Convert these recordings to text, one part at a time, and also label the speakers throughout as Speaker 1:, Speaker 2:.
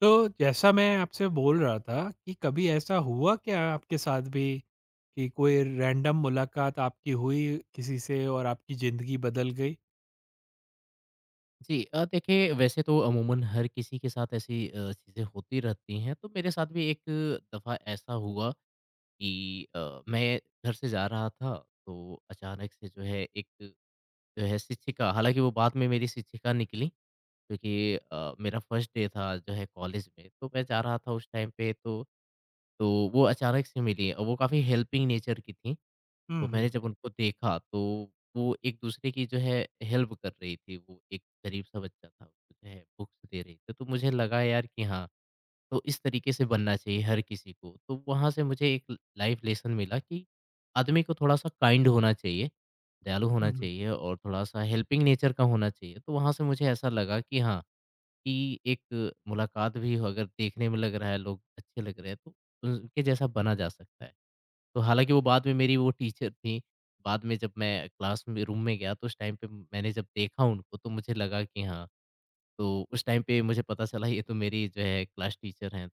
Speaker 1: तो जैसा मैं आपसे बोल रहा था कि कभी ऐसा हुआ क्या आपके साथ भी कि कोई रैंडम मुलाकात आपकी हुई किसी से और आपकी ज़िंदगी बदल गई?
Speaker 2: जी, देखिए वैसे तो अमूमन हर किसी के साथ ऐसी चीज़ें होती रहती हैं, तो मेरे साथ भी एक दफ़ा ऐसा हुआ कि मैं घर से जा रहा था, तो अचानक से जो है एक जो है शिक्षिका हालाँकि वो बाद में मेरी शिक्षिका निकली क्योंकि मेरा फर्स्ट डे था जो है कॉलेज में, तो मैं जा रहा था उस टाइम पे तो वो अचानक से मिली और वो काफ़ी हेल्पिंग नेचर की थी।
Speaker 1: हुँ,
Speaker 2: तो मैंने
Speaker 1: हुँ,
Speaker 2: जब उनको देखा तो वो एक-दूसरे की जो है हेल्प कर रही थी, वो एक गरीब-सा बच्चा था, उसको जो है बुक्स दे रही थी, तो मुझे लगा यार कि हाँ, तो इस तरीके से बनना चाहिए हर किसी को। तो वहाँ से मुझे एक ल लाइफ़ लेसन मिला कि आदमी को थोड़ा-सा काइंड होना चाहिए, दयालु होना
Speaker 1: हुँ, हुँ।
Speaker 2: चाहिए और थोड़ा-सा हेल्पिंग नेचर का होना चाहिए। तो वहाँ से मुझे ऐसा लगा कि हाँ, कि एक मुलाकात भी हो, अगर देखने में लग रहा है, लोग अच्छे लग रहे हैं, तो उनके जैसा बना जा सकता है। तो हालाँकि वो बाद में मेरी वो टीचर थी, बाद में जब मैं क्लास में रूम में गया तो उस टाइम पे मैंने जब देखा उनको तो मुझे लगा कि हाँ, तो उस टाइम पे मुझे पता चला ये तो मेरी जो है क्लास टीचर हैं,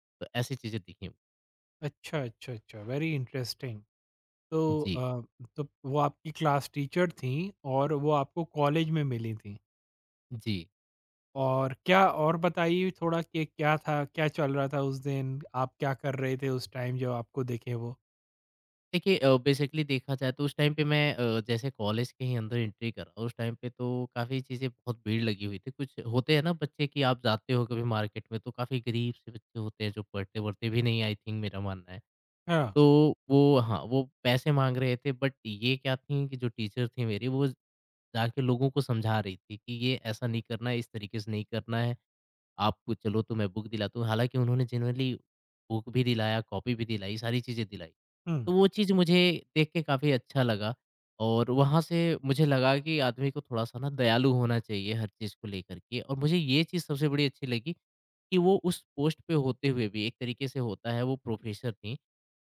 Speaker 2: तो ऐसी चीज़ें दिखीं।
Speaker 1: अच्छा, अच्छा, अच्छा, वेरी इंटरेस्टिंग। तो
Speaker 2: जी,
Speaker 1: अ, तो वो आपकी क्लास टीचर थीं और वो आपको कॉलेज में मिली थीं।
Speaker 2: जी।
Speaker 1: और क्या और बताइए थोड़ा कि क्या था, क्या चल रहा था उस दिन? आप क्या कर रहे थे उस टाइम जब आपको दिखे वो?
Speaker 2: देखिए बेसिकली देखा जाए तो उस टाइम पे मैं जैसे कॉलेज के ही अंदर एंट्री करा उस टाइम पे तो काफ़ी चीज़ें बहुत भीड़ लगी हुई थी। कुछ होते हैं ना बच्चे कि आप जाते हो कभी मार्केट में तो काफ़ी गरीब से बच्चे होते हैं जो पढ़ते-वढ़ते भी नहीं आई थिंक मेरा मानना है।
Speaker 1: हाँ।
Speaker 2: तो वो हाँ, वो पैसे माँग रहे थे बट ये क्या थी कि जो टीचर थी मेरी वो जाके लोगों को समझा रही थी कि ये ऐसा नहीं करना है, इस तरीके से नहीं करना है, आपको चलो तो मैं बुक दिलाता हूँ। हालाँकि उन्होंने जेनुइनली बुक भी दिलाया, कॉपी भी दिलाई, सारी चीज़ें दिलाई।
Speaker 1: हुँ,
Speaker 2: तो वो चीज़ मुझे देख के काफ़ी अच्छा लगा और वहाँ से मुझे लगा कि आदमी को थोड़ा-सा ना दयालु होना चाहिए हर चीज़ को लेकर के और मुझे ये चीज़ सबसे बड़ी अच्छी लगी कि वो उस पोस्ट पे होते हुए भी एक तरीके से होता है, वो प्रोफ़ेसर थीं।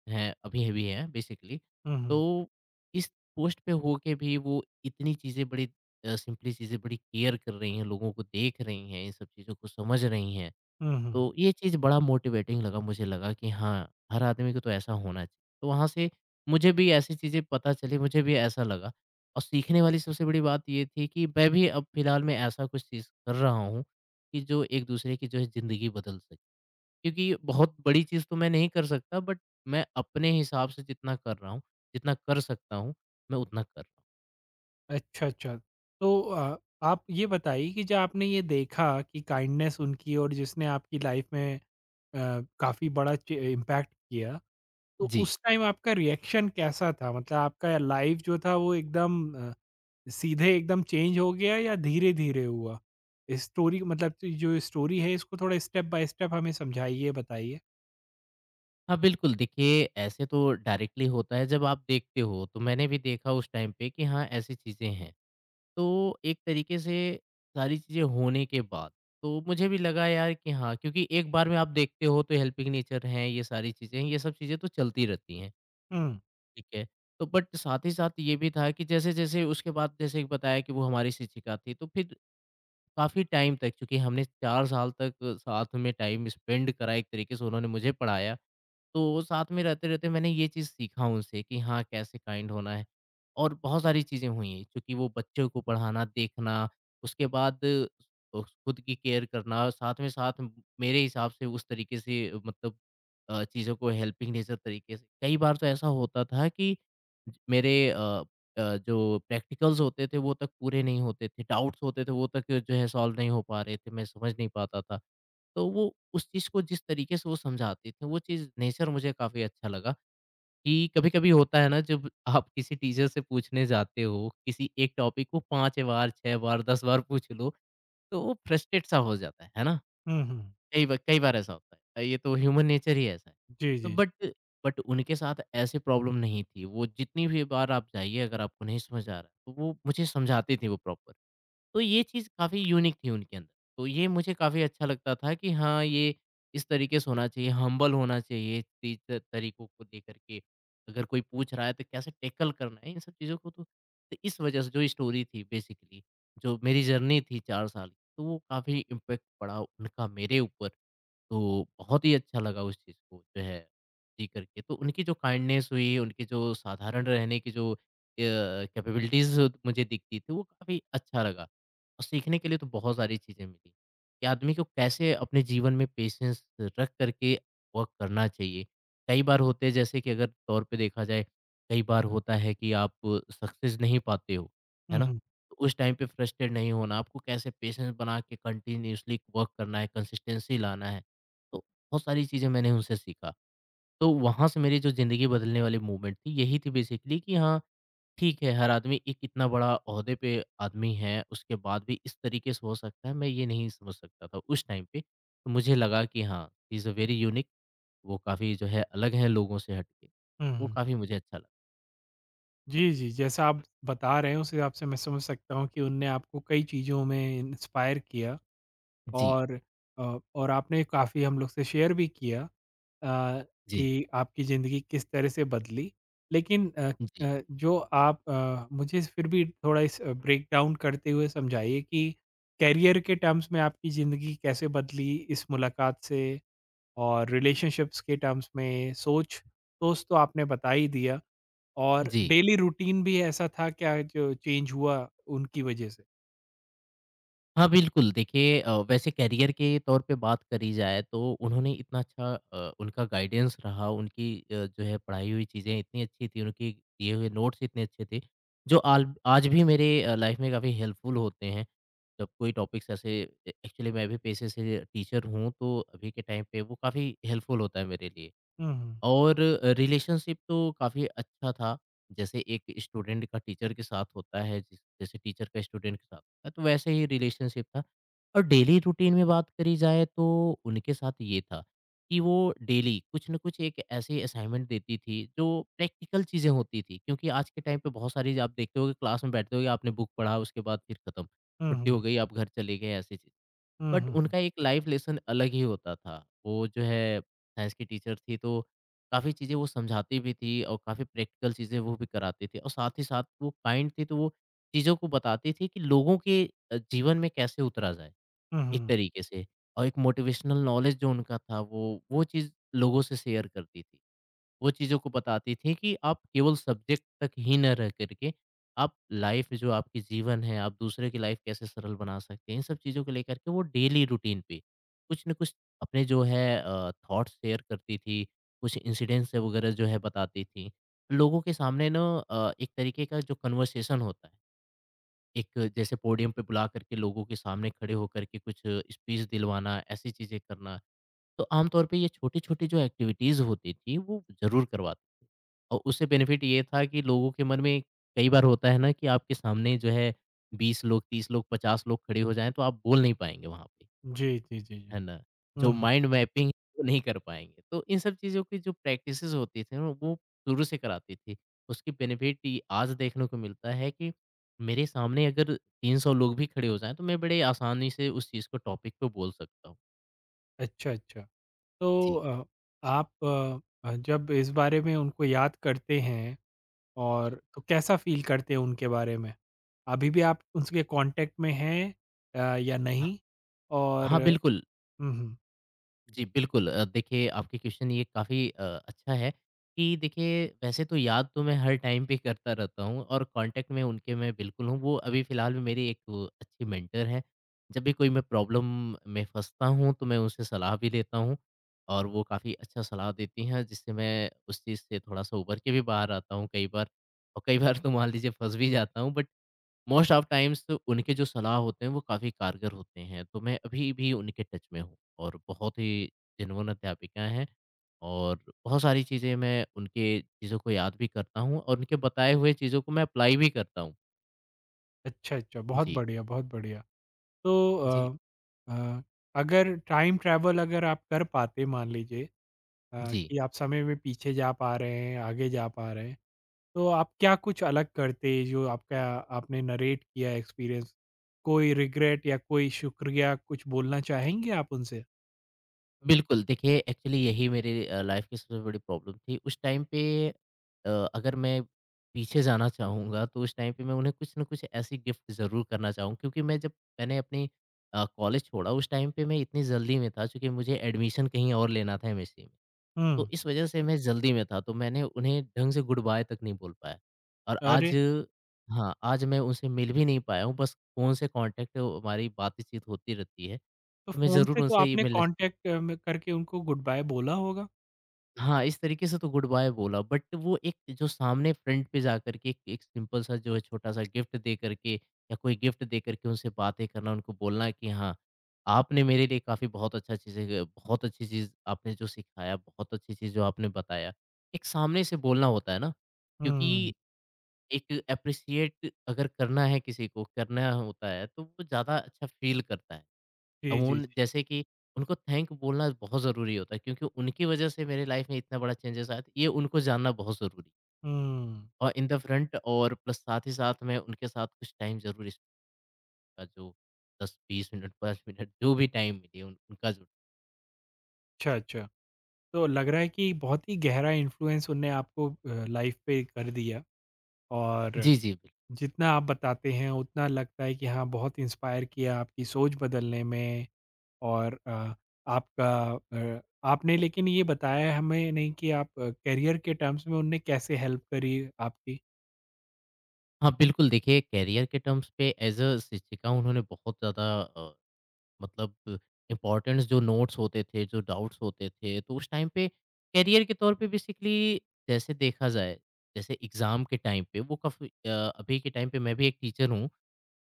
Speaker 2: हैं, अभी अभी हैं बेसिकली।
Speaker 1: हुँ, हुँ।
Speaker 2: तो इस पोस्ट पे होके भी वो इतनी चीज़ें बड़ी सिंपली चीज़ें बड़ी केयर कर रही हैं, लोगों को देख रही हैं, इन सब चीज़ों को समझ रही हैं।
Speaker 1: हुँ, हुँ।
Speaker 2: तो ये चीज़ बड़ा मोटिवेटिंग लगा, मुझे लगा कि हाँ, हर आदमी को तो ऐसा होना चाहिए। तो वहाँ से मुझे भी ऐसी चीज़ें पता चली, मुझे भी ऐसा लगा और सीखने वाली सबसे बड़ी बात ये थी कि मैं भी अब फ़िलहाल में ऐसा कुछ चीज़ कर रहा हूँ, कि जो एक-दूसरे की जो है ज़िंदगी बदल सके। क्योंकि बहुत बड़ी चीज़ तो मैं नहीं कर सकता बट मैं अपने हिसाब से जितना कर रहा हूँ, जितना कर सकता हूँ, मैं उतना कर रहा हूँ।
Speaker 1: अच्छा, अच्छा। तो आप ये बताइए कि जब आपने ये देखा कि काइंडनेस उनकी और जिसने आपकी लाइफ में अ, काफ़ी बड़ा च इम्पैक्ट किया, तो
Speaker 2: जी।
Speaker 1: उस टाइम आपका रिएक्शन कैसा था? मतलब आपका लाइफ जो था वो एकदम अ, सीधे एकदम चेंज हो गया या धीरे-धीरे हुआ? स्टोरी मतलब, तो जो स्टोरी है इसको थोड़ा स्टेप बाय स्टेप हमें समझाइए, बताइए।
Speaker 2: हाँ, बिल्कुल देखिए ऐसे तो डायरेक्टली होता है जब आप देखते हो, तो मैंने भी देखा उस टाइम पे कि हाँ, ऐसी चीज़ें हैं। तो एक तरीके से सारी चीज़ें होने के बाद, तो मुझे भी लगा यार कि हाँ, क्योंकि एक बार में आप देखते हो तो हेल्पिंग नेचर हैं, ये सारी चीज़ें हैं, ये सब चीज़ें तो चलती रहती हैं।
Speaker 1: हुँ।
Speaker 2: ठीक है। तो बट साथ ही साथ ये भी था कि जैसे-जैसे उसके बाद जैसे कि बताया कि वो हमारी शिक्षिका थी, तो फिर काफ़ी टाइम तक चूँकि हमने 4 साल तक साथ में टाइम स्पेंड करा एक तरीके से उन्होंने मुझे पढ़ाया। तो साथ में रहते-रहते मैंने ये चीज़ सीखा उनसे कि हाँ, कैसे काइंड होना है और बहुत सारी चीज़ें हुई हैं, क्योंकि वो बच्चों को पढ़ाना, देखना, उसके बाद खुद की केयर करना, साथ में साथ म मेरे हिसाब से उस तरीके से मतलब चीज़ों को हेल्पिंग नेचर तरीके से कई बार तो ऐसा होता था कि ज मेरे अ अ, जो प्रैक्टिकल्स होते थे, वो तक पूरे नहीं होते थे, डाउट्स होते थे, वो तक जो है सॉल्व नहीं हो पा रहे थे, मैं समझ नहीं पाता था। तो वो उस चीज़ को जिस तरीके से वो समझाते थे, वो चीज़ नेचर मुझे काफ़ी अच्छा लगा कि कभी-कभी होता है ना जब आप किसी टीचर से पूछने जाते हो, किसी एक टॉपिक को 5 बार, 6 बार, 10 बार पूछ लो, तो वो फ्रस्ट्रेट सा हो जाता है ना?
Speaker 1: हुँ, हुँ।
Speaker 2: कई बार ऐसा होता है। ये तो ह्यूमन नेचर ही ऐसा है।
Speaker 1: जी,
Speaker 2: तो
Speaker 1: जी।
Speaker 2: बट उनके साथ ऐसी प्रॉब्लम नहीं थी। वो जितनी भी बार आप जाइए अगर आपको नहीं समझ आ रहा है, तो वो मुझे समझाते थे वो प्रॉपर। तो ये चीज़ काफ़ी यूनिक थी उनके अंदर। तो ये मुझे काफ़ी अच्छा लगता था कि हाँ, ये इस तरीके से होना चाहिए, हम्बल होना चाहिए चीज़ तरीकों को लेकर के। अगर कोई पूछ रहा है तो कैसे टैकल करना है इन सब चीज़ों को तो इस वज़ह से जो स्टोरी थी बेसिकली, जो मेरी जर्नी थी 4 साल की, तो वो काफ़ी इम्पैक्ट पड़ा उनका मेरे ऊपर। तो बहुत ही अच्छा लगा उस चीज़ को जो है जी करके। तो उनकी जो काइंडनेस हुई, उनकी जो साधारण रहने की जो कैपेबिलिटीज़ मुझे दिखती थी, वो काफ़ी अच्छा लगा और सीखने के लिए तो बहुत सारी चीज़ें मिली कि आदमी को कैसे अपने जीवन में पेशेंस रख कर के वर्क करना चाहिए। कई बार होते हैं जैसे कि अगर तौर पे देखा जाए, कई बार होता है कि आप सक्सेस नहीं पाते हो, है
Speaker 1: हुँ,
Speaker 2: ना?
Speaker 1: हुँ।
Speaker 2: तो उस टाइम पे फ्रस्ट्रेट नहीं होना, आपको कैसे पेशेंस बना के कंटिन्यूअसली वर्क करना है, कंसिस्टेंसी लाना है। तो बहुत सारी चीज़ें मैंने उनसे सीखा। तो वहाँ से मेरी जो ज़िंदगी बदलने वाली मूवमेंट थी, यही थी बेसिकली कि हाँ, ठीक है, हर आदमी एक इतना बड़ा ओहदे पे आदमी है, उसके बाद भी इस तरीके से हो सकता है, मैं ये नहीं समझ सकता था उस टाइम पे। तो मुझे लगा कि हाँ, he is a very unique, वो काफ़ी जो है अलग है लोगों से हट के।
Speaker 1: हुँ,
Speaker 2: वो
Speaker 1: हुँ।
Speaker 2: काफ़ी मुझे अच्छा लगा।
Speaker 1: जी, जी। जैसा आप बता रहे हैं उस हिसाब से मैं समझ सकता हूँ कि उनने आपको कई चीज़ों में इंस्पायर किया,
Speaker 2: जी,
Speaker 1: और और आपने काफ़ी हम लोग से शेयर भी किया अ,
Speaker 2: जी,
Speaker 1: कि आपकी ज़िंदगी किस तरह से बदली। लेकिन अ
Speaker 2: जी,
Speaker 1: अ, जो आप मुझे फिर भी थोड़ा इस ब्रेकडाउन करते हुए समझाइए कि करियर के टर्म्स में आपकी ज़िंदगी कैसे बदली इस मुलाकात से, और रिलेशनशिप्स के टर्म्स में सोच सोच तो आपने बता ही दिया। और
Speaker 2: जी।
Speaker 1: डेली रूटीन भी ऐसा था क्या जो चेंज हुआ उनकी वजह से?
Speaker 2: हाँ, बिल्कुल। देखिए वैसे करियर के तौर पे बात करी जाए तो उन्होंने इतना अच्छा उनका गाइडेंस रहा, उनकी जो है पढ़ाई हुई चीज़ें इतनी अच्छी थी, उनके दिए हुए नोट्स इतने अच्छे थे, जो आल आज भी मेरे लाइफ में काफ़ी हेल्पफुल होते हैं। जब कोई टॉपिक्स ऐसे ए एक्चुअली मैं भी पेशे से टीचर हूँ, तो अभी के टाइम पे वो काफ़ी हेल्पफुल होता है मेरे लिए।
Speaker 1: हुँ, हुँ।
Speaker 2: और रिलेशनशिप तो काफ़ी अच्छा था। जैसे एक स्टूडेंट का टीचर के साथ होता है, जिस जैसे टीचर का स्टूडेंट के साथ होता है, तो वैसे ही रिलेशनशिप था। और डेली रूटीन में बात करी जाए तो उनके साथ ये था कि वो डेली कुछ न कुछ एक ऐसी असाइनमेंट देती थी, जो प्रैक्टिकल चीज़ें होती थी। क्योंकि आज के टाइम पे बहुत सारी आप देखते होगे क्लास में बैठते होगे, आपने बुक पढ़ा, उसके बाद फिर खत्म,
Speaker 1: हुँ,
Speaker 2: छुट्टी हो
Speaker 1: हुँ।
Speaker 2: गई, आप घर चले गए, ऐसी चीज़।
Speaker 1: हुँ,
Speaker 2: बट
Speaker 1: हुँ, हुँ।
Speaker 2: उनका एक लाइफ लेसन अलग ही होता था। वो जो है साइंस की टीचर थी तो काफ़ी चीज़ें वो समझाती भी थी और काफ़ी प्रैक्टिकल चीज़ें वो भी कराती थी और साथ ही साथ वो काइंड थी तो वो चीज़ों को बताती थी कि लोगों के जीवन में कैसे उतरा जाए
Speaker 1: हुँ,
Speaker 2: एक
Speaker 1: हुँ।
Speaker 2: तरीके से और एक मोटिवेशनल नॉलेज जो उनका था वो चीज़ लोगों से शेयर करती थी। वो चीज़ों को बताती थी कि आप केवल सब्जेक्ट तक ही ना रह करके, आप लाइफ़ जो आपकी जीवन है, आप दूसरे की लाइफ़ कैसे सरल बना सकते हैं, इन सब चीज़ों को लेकर के वो डेली रूटीन पे, कुछ न कुछ अपने जो है थॉट्स शेयर करती थी, कुछ इंसिडेंट्स वगैरह जो है बताती थी। लोगों के सामने ना एक तरीके का जो कन्वर्सेशन होता है, एक जैसे पोडियम पे बुला करके लोगों के सामने खड़े होकर के कुछ स्पीच दिलवाना, ऐसी चीज़ें करना। तो आमतौर पे ये छोटी-छोटी जो एक्टिविटीज़ होती थी, वो ज़रूर करवाते थे और उससे बेनिफिट ये था कि लोगों के मन में कई बार होता है ना कि आपके सामने जो है 20 लोग, 30 लोग, 50 लोग खड़े हो जाएँ, तो आप बोल नहीं पाएँगे वहाँ पे,
Speaker 1: जी, जी, जी, जी।
Speaker 2: है ना? जो
Speaker 1: हुँ, हुँ।
Speaker 2: माइंड मैपिंग वो नहीं कर पाएँगे। तो इन सब चीज़ों की जो प्रैक्टिसेज़ होती थी ना, वो शुरू से कराती थी। उसकी बेनिफिट ये आज देखने को मिलता है कि मेरे सामने अगर 300 लोग भी खड़े हो जाएँ, तो मैं बड़े आसानी से उस चीज़ को टॉपिक पे बोल सकता हूँ।
Speaker 1: अच्छा, अच्छा। तो
Speaker 2: जी,
Speaker 1: अ, आप जब इस बारे में उनको याद करते हैं, और
Speaker 2: जी।
Speaker 1: तो कैसा फ़ील करते हैं उनके बारे में? अभी भी आप उनके कॉन्टैक्ट में हैं या
Speaker 2: ह
Speaker 1: नहीं? और
Speaker 2: हाँ, बिल्कुल।
Speaker 1: हुँ, हुँ।
Speaker 2: जी, बिल्कुल, देखिए आपके क्वेश्चन ये काफ़ी अच्छा है कि देखिए वैसे तो याद तो मैं हर टाइम पे करता रहता हूँ और कांटेक्ट में उनके मैं बिल्कुल हूँ। वो अभी फ़िलहाल में मेरी एक वो अच्छी मेंटर हैं। जब भी कोई मैं प्रॉब्लम में फँसता हूँ तो मैं उनसे सलाह भी लेता हूँ और वो काफ़ी अच्छा सलाह देती हैं जिससे मैं उस चीज़ से थोड़ा-सा उभर के भी बाहर आता हूँ कई बार। और कई बार तो मान लीजिए फँस भी जाता हूँ बट मोस्ट ऑफ टाइम्स उनके जो सलाह होते हैं वो काफ़ी कारगर होते हैं, तो मैं अभी भी उनके टच में हूँ और बहुत ही जेन्युइन अध्यापिका हैं और बहुत सारी चीज़ें मैं उनके चीज़ों को याद भी करता हूँ और उनके बताए हुए चीज़ों को मैं अप्लाई भी करता हूँ।
Speaker 1: अच्छा, अच्छा। बहुत
Speaker 2: जी।
Speaker 1: बढ़िया, बहुत बढ़िया। तो
Speaker 2: जी।
Speaker 1: अ अ, अगर टाइम ट्रैवल अगर आप कर पाते मान लीजिए
Speaker 2: जी।
Speaker 1: कि आप समय में पीछे जा पा रहे हैं, आगे जा पा रहे हैं, तो आप क्या कुछ अलग करते जो आपका आपने नरेट किया एक्सपीरियंस? कोई रिग्रेट या कोई शुक्रिया कुछ बोलना चाहेंगे आप उनसे?
Speaker 2: बिल्कुल, देखिए एक्चुअली यही मेरी लाइफ़ की सबसे बड़ी प्रॉब्लम थी। उस टाइम पे, अ, अगर मैं पीछे जाना चाहूँगा तो उस टाइम पे मैं उन्हें कुछ न कुछ ऐसी गिफ्ट ज़रूर करना चाहूँ, क्योंकि मैंने अपनी कॉलेज छोड़ा उस टाइम पे मैं इतनी जल्दी में था चूँकि मुझे एडमिशन कहीं और लेना था एमएससी में। तो
Speaker 1: हुँ,
Speaker 2: इस वज़ह से मैं जल्दी में था, तो मैंने उन्हें ढंग से गुड बाय तक नहीं बोल पाया। और आज
Speaker 1: अरे!
Speaker 2: हाँ, आज मैं उनसे मिल भी नहीं पाया हूँ, बस फ़ोन से कॉन्टैक्ट हमारी बातचीत होती रहती है।
Speaker 1: तो
Speaker 2: तो मैं
Speaker 1: फ़ोन से
Speaker 2: ज़रूर
Speaker 1: तो
Speaker 2: उनसे ये
Speaker 1: आपने
Speaker 2: मिलना
Speaker 1: कॉन्टैक्ट में करके उनको गुड बाय बोला होगा?
Speaker 2: हाँ, इस तरीके से तो गुड बाय बोला, बट वो एक जो सामने फ्रंट पे जाकर के एक एक सिंपल सा जो है छोटा-सा गिफ्ट दे कर के या कोई गिफ्ट दे कर के उनसे बातें करना, उनको बोलना कि हाँ, आपने मेरे लिए काफ़ी बहुत अच्छा चीज़ें, बहुत अच्छी चीज़ आपने जो सिखाया, बहुत अच्छी चीज़ जो आपने बताया। एक सामने से बोलना होता है ना,
Speaker 1: हुँ,
Speaker 2: क्योंकि एक एप्रिशिएट अगर करना है किसी को, करना होता है, तो वो ज़्यादा अच्छा फ़ील करता है। अब
Speaker 1: जी, जी, जी,
Speaker 2: उन
Speaker 1: जी।
Speaker 2: जैसे कि उनको थैंक बोलना बहुत ज़रूरी होता है, क्योंकि उनकी वजह से मेरे लाइफ में इतना बड़ा चेंजेस आया था, ये उनको जानना बहुत ज़रूरी है।
Speaker 1: हुँ,
Speaker 2: और इन द फ्रंट और प्लस साथ ही साथ मैं उनके साथ कुछ टाइम ज़रूर स्पेंड का जो 10-20 मिनट, 5 मिनट जो भी टाइम मिले उन उनका जो
Speaker 1: अच्छा, अच्छा। तो लग रहा है कि बहुत ही गहरा इन्फ्लुएंस उनने आपको लाइफ पे कर दिया, और
Speaker 2: जी, जी, बिल्कुल।
Speaker 1: जितना आप बताते हैं उतना लगता है कि हाँ, बहुत इंस्पायर किया आपकी सोच बदलने में। और आपका अ, आपने, लेकिन ये बताया हमें नहीं कि आप करियर के टर्म्स में उनने कैसे हेल्प करी आपकी।
Speaker 2: हाँ, बिल्कुल, देखिए करियर के टर्म्स पे एज़ अ शिक्षिका उन्होंने बहुत ज़्यादा मतलब इम्पोर्टेंट्स जो नोट्स होते थे, जो डाउट्स होते थे, तो उस टाइम पे करियर के तौर पे बेसिकली जैसे देखा जाए, जैसे एग्ज़ाम के टाइम पे वो काफ़ी अभी के टाइम पे मैं भी एक टीचर हूँ,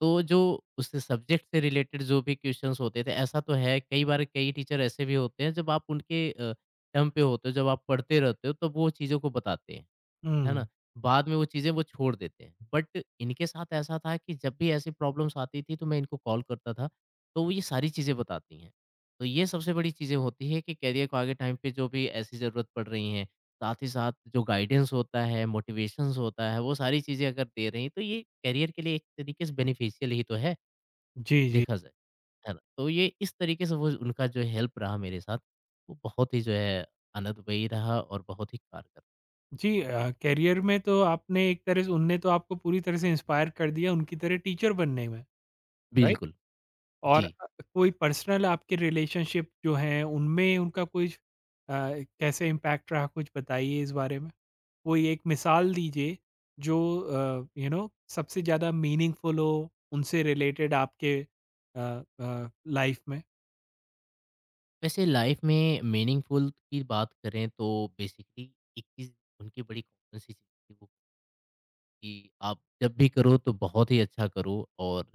Speaker 2: तो जो उस सब्जेक्ट से रिलेटेड जो भी क्वेश्चंस होते थे, ऐसा तो है कई बार कई टीचर ऐसे भी होते हैं जब आप उनके टर्म पे होते हो, जब आप पढ़ते रहते हो तब वो चीज़ों को बताते हैं। है ना?
Speaker 1: हम्म।
Speaker 2: बाद में वो चीज़ें वो छोड़ देते हैं। बट इनके साथ ऐसा था कि जब भी ऐसी प्रॉब्लम्स आती थी तो मैं इनको कॉल करता था, तो वो ये सारी चीज़ें बताती हैं। तो ये सबसे बड़ी चीज़ें होती हैं कि करियर को आगे टाइम पे जो भी ऐसी ज़रूरत पड़ रही है, साथ ही साथ जो गाइडेंस होता है, मोटिवेशंस होता है, वो सारी चीज़ें अगर दे रही हैं, तो ये करियर के लिए एक तरीके से बेनिफिशियल ही तो है,
Speaker 1: जी, जी,
Speaker 2: देखा जाए, है ना? तो ये इस तरीके से वो उनका जो हेल्प रहा मेरे साथ, वो बहुत ही जो है आनंदमयी रहा और बहुत ही कारगर।
Speaker 1: जी। करियर में तो आपने एक तरह से उनने तो आपको पूरी तरह से इंस्पायर कर दिया उनकी तरह टीचर बनने में, राइट।
Speaker 2: बिल्कुल,
Speaker 1: और
Speaker 2: जी।
Speaker 1: कोई पर्सनल आपके रिलेशनशिप जो हैं उनमें उनका कुछ अ, कैसे इम्पैक्ट रहा, कुछ बताइए इस बारे में? कोई एक मिसाल दीजिए जो सबसे ज़्यादा मीनिंगफुल हो उनसे रिलेटेड आपके अ, लाइफ में?
Speaker 2: वैसे लाइफ में मीनिंगफुल की बात करें तो बेसिकली एक चीज़ उनकी बड़ी कॉमन सी चीज़ थी वो कि आप जब भी करो तो बहुत ही अच्छा करो और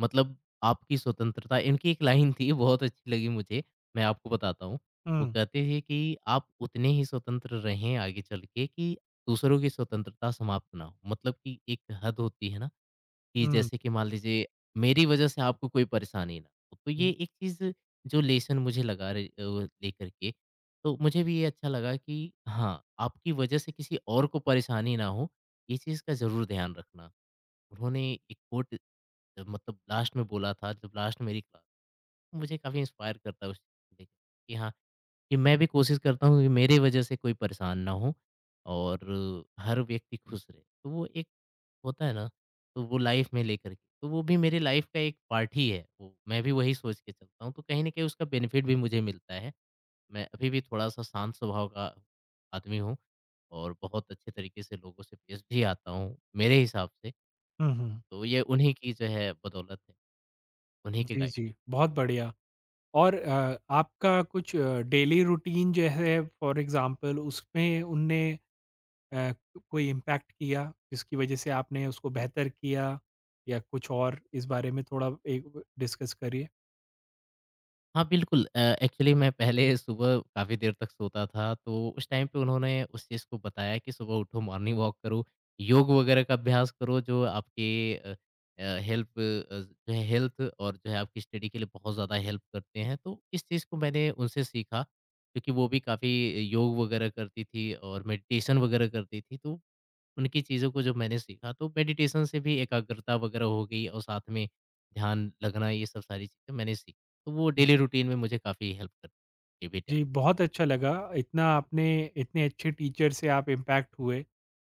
Speaker 2: मतलब आपकी स्वतंत्रता इनकी एक लाइन थी बहुत अच्छी लगी मुझे, मैं आपको बताता हूँ। वो
Speaker 1: हुँ,
Speaker 2: कहते थे कि आप उतने ही स्वतंत्र रहें आगे चल के कि दूसरों की स्वतंत्रता समाप्त ना हो, मतलब कि एक हद होती है ना, कि
Speaker 1: हुँ,
Speaker 2: जैसे कि मान लीजिए मेरी वजह से आपको कोई परेशानी ना हो। तो
Speaker 1: हुँ,
Speaker 2: ये एक चीज़ जो लेसन मुझे लगा रे लेकर के, तो मुझे भी ये अच्छा लगा कि हाँ, आपकी वजह से किसी और को परेशानी ना हो, ये चीज़ का ज़रूर ध्यान रखना। उन्होंने एक कोट, मतलब लास्ट में बोला था जब लास्ट मेरी क्लास, मुझे काफ़ी इंस्पायर करता है उस चीज़ को देख के कि हाँ, कि मैं भी कोशिश करता हूँ कि मेरे वजह से कोई परेशान ना हो और हर व्यक्ति खुश रहे। तो वो एक होता है ना, तो वो लाइफ़ में लेकर के, तो वो भी मेरी लाइफ़ का एक पार्ट ही है वो, मैं भी वही सोच के चलता हूँ, तो कहीं न कहीं उसका बेनिफिट भी मुझे मिलता है। मैं अभी भी थोड़ा-सा शांत स्वभाव का आदमी हूँ और बहुत अच्छे तरीके से लोगों से पेश भी आता हूँ, मेरे हिसाब से,
Speaker 1: हुँ, हुँ।
Speaker 2: तो ये उन्हीं की जो है बदौलत है, उन्हीं के
Speaker 1: जी,
Speaker 2: गाइड।
Speaker 1: जी, बहुत बढ़िया। और आपका कुछ डेली रूटीन जो है फॉर एग्ज़ाम्पल, उसमें उनने अ, कोई इम्पैक्ट किया जिसकी वजह से आपने उसको बेहतर किया, या कुछ और इस बारे में थोड़ा एक डिस्कस करिए?
Speaker 2: हाँ, बिल्कुल, एक्चुअली मैं पहले सुबह काफ़ी देर तक सोता था, तो उस टाइम पे उन्होंने उस चीज़ को बताया कि सुबह उठो, मॉर्निंग वॉक करो, योग वगैरह का अभ्यास करो जो आपके अ हेल्प जो है हेल्थ और जो है आपकी स्टडी के लिए बहुत ज़्यादा हेल्प करते हैं। तो इस चीज़ को मैंने उनसे सीखा, क्योंकि वो भी काफ़ी योग वगैरह करती थी और मेडिटेशन वगैरह करती थी, तो उनकी चीज़ों को जो मैंने सीखा तो मेडिटेशन से भी एकाग्रता वगैरह हो गई और साथ में ध्यान लगना ये सब सारी चीज़ें मैंने सीखी। तो वो डेली रूटीन में मुझे काफ़ी हेल्प करती है। बेटा।
Speaker 1: जी, बहुत अच्छा लगा, इतना आपने, इतने अच्छे टीचर से आप इम्पैक्ट हुए,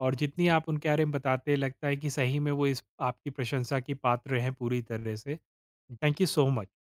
Speaker 1: और जितनी
Speaker 2: जी।
Speaker 1: आप उनके बारे में बताते लगता है कि सही में वो इस आपकी प्रशंसा की पात्र हैं पूरी तरह से। थैंक
Speaker 2: जी।
Speaker 1: You so much.